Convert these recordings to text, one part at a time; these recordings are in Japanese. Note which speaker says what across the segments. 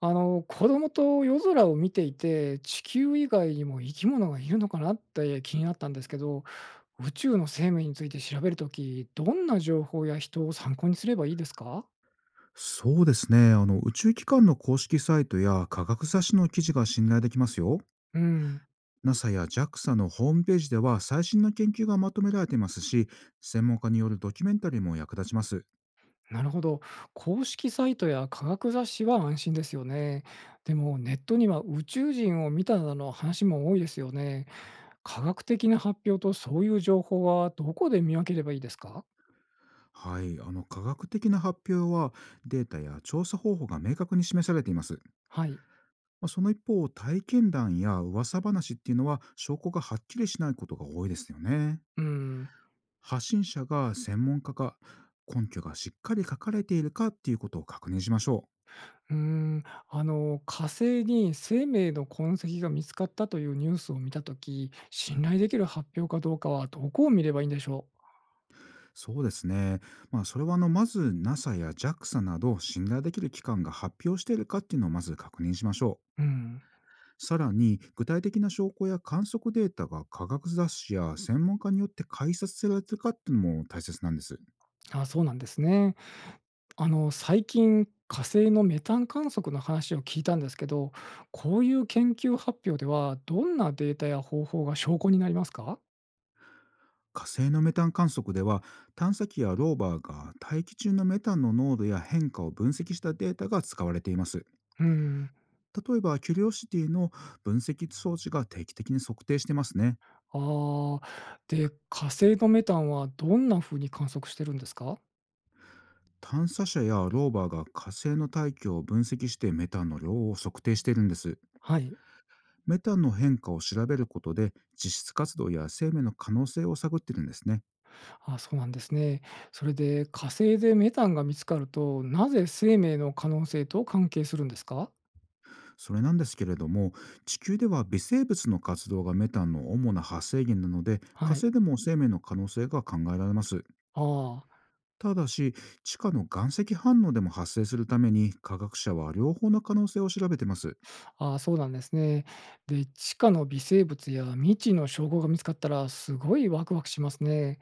Speaker 1: 子供と夜空を見ていて、地球以外にも生き物がいるのかなって気になったんですけど、宇宙の生命について調べるとき、どんな情報や人を参考にすればいいですか？
Speaker 2: そうですね。宇宙機関の公式サイトや科学雑誌の記事が信頼できますよ。
Speaker 1: うん、
Speaker 2: NASA や JAXA のホームページでは最新の研究がまとめられていますし、専門家によるドキュメンタリーも役立ちます。
Speaker 1: なるほど。公式サイトや科学雑誌は安心ですよね。でも、ネットには宇宙人を見たなどの話も多いですよね。科学的な発表とそういう情報はどこで見分ければいいですか？
Speaker 2: はい、あの科学的な発表は、データや調査方法が明確に示されています。
Speaker 1: はい。
Speaker 2: まあ、その一方、体験談や噂話っていうのは証拠がはっきりしないことが多いですよね。
Speaker 1: うん。
Speaker 2: 発信者が専門家か、根拠がしっかり書かれているかっていうことを確認しましょ
Speaker 1: うーん、あの火星に生命の痕跡が見つかったというニュースを見たとき、信頼できる発表かどうかはどこを見ればいいんでしょ
Speaker 2: う。そうですね。まあ、それはまず NASA や JAXA など信頼できる機関が発表しているかっていうのをまず確認しましょう。
Speaker 1: う。うん、
Speaker 2: さらに、具体的な証拠や観測データが科学雑誌や専門家によって解説されているかっていうのも大切なんです。
Speaker 1: あ、そうなんですね。あの最近火星のメタン観測の話を聞いたんですけど、こういう研究発表ではどんなデータや方法が証拠になりますか？
Speaker 2: 火星のメタン観測では、探査機やローバーが大気中のメタンの濃度や変化を分析したデータが使われています。
Speaker 1: うん、
Speaker 2: 例えばキュリオシティの分析装置が定期的に測定してますね。
Speaker 1: ああ、で火星のメタンはどんな風に観測してるんですか？
Speaker 2: 探査車やローバーが火星の大気を分析して、メタンの量を測定しているんです。
Speaker 1: はい。
Speaker 2: メタンの変化を調べることで、実質活動や生命の可能性を探っているんですね。
Speaker 1: あ、そうなんですね。それで火星でメタンが見つかると、なぜ生命の可能性と関係するんですか？
Speaker 2: それなんですけれども、地球では微生物の活動がメタンの主な発生源なので、火
Speaker 1: はい。
Speaker 2: 星でも生命の可能性が考えられます。
Speaker 1: あ
Speaker 2: ただし、地下の岩石反応でも発生するために、科学者は両方の可能性を調べてます。
Speaker 1: あ、ああそうなんですね。で、地下の微生物や未知の証拠が見つかったら、すごいワクワクしますね。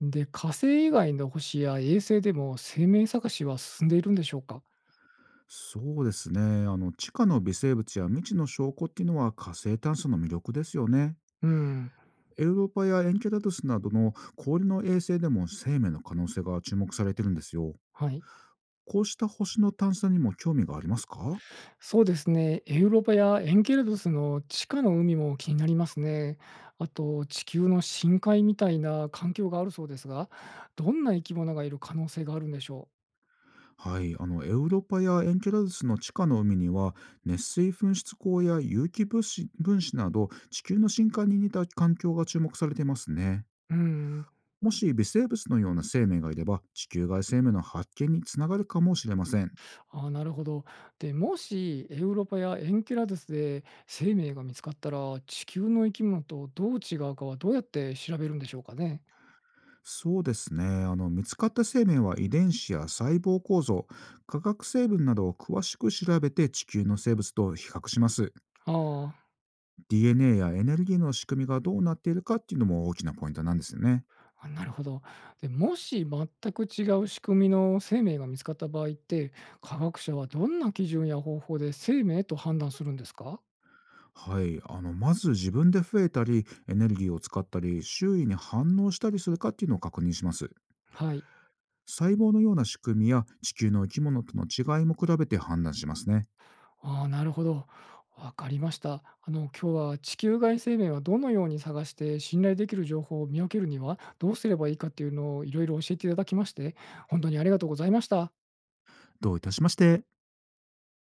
Speaker 1: で、火星以外の星や衛星でも生命探しは進んでいるんでしょうか？
Speaker 2: そうですね、あの地下の微生物や未知の証拠っていうのは火星探査の魅力ですよね。
Speaker 1: うん。
Speaker 2: エウローパやエンケラドゥスなどの氷の衛星でも生命の可能性が注目されてるんですよ。
Speaker 1: はい。
Speaker 2: こうした星の探査にも興味がありますか？
Speaker 1: そうですね。エウロパやエンケラドゥスの地下の海も気になりますね。あと、地球の深海みたいな環境があるそうですが、どんな生き物がいる可能性があるんでしょ
Speaker 2: はい、あのエウロパやエンケラドゥスの地下の海には、熱水噴出口や有機物子分子など地球の深海に似た環境が注目されていますね。
Speaker 1: う。うん、
Speaker 2: もし微生物のような生命がいれば、地球外生命の発見につながるかもしれません。
Speaker 1: あーなるほど。でもしエウロパやエンケラドゥスで生命が見つかったら、地球の生き物とどう違うかはどうやって調べるんでしょうかね。
Speaker 2: そうですね、あの見つかった生命は遺伝子や細胞構造、化学成分などを詳しく調べて地球の生物と比較します。
Speaker 1: ああ、
Speaker 2: DNA やエネルギーの仕組みがどうなっているかっていうのも大きなポイントなんですよね。
Speaker 1: あ、なるほど。で、もし全く違う仕組みの生命が見つかった場合って、科学者はどんな基準や方法で生命と判断するんですか？
Speaker 2: はい、あのまず自分で増えたりエネルギーを使ったり周囲に反応したりするかっていうのを確認します。
Speaker 1: はい。
Speaker 2: 細胞のような仕組みや地球の生き物との違いも比べて判断しますね。
Speaker 1: ああ、なるほど。わかりました。今日は地球外生命はどのように探して信頼できる情報を見分けるにはどうすればいいかっていうのをいろいろ教えていただきまして、本当にありがとうございました。
Speaker 2: どういたしまして。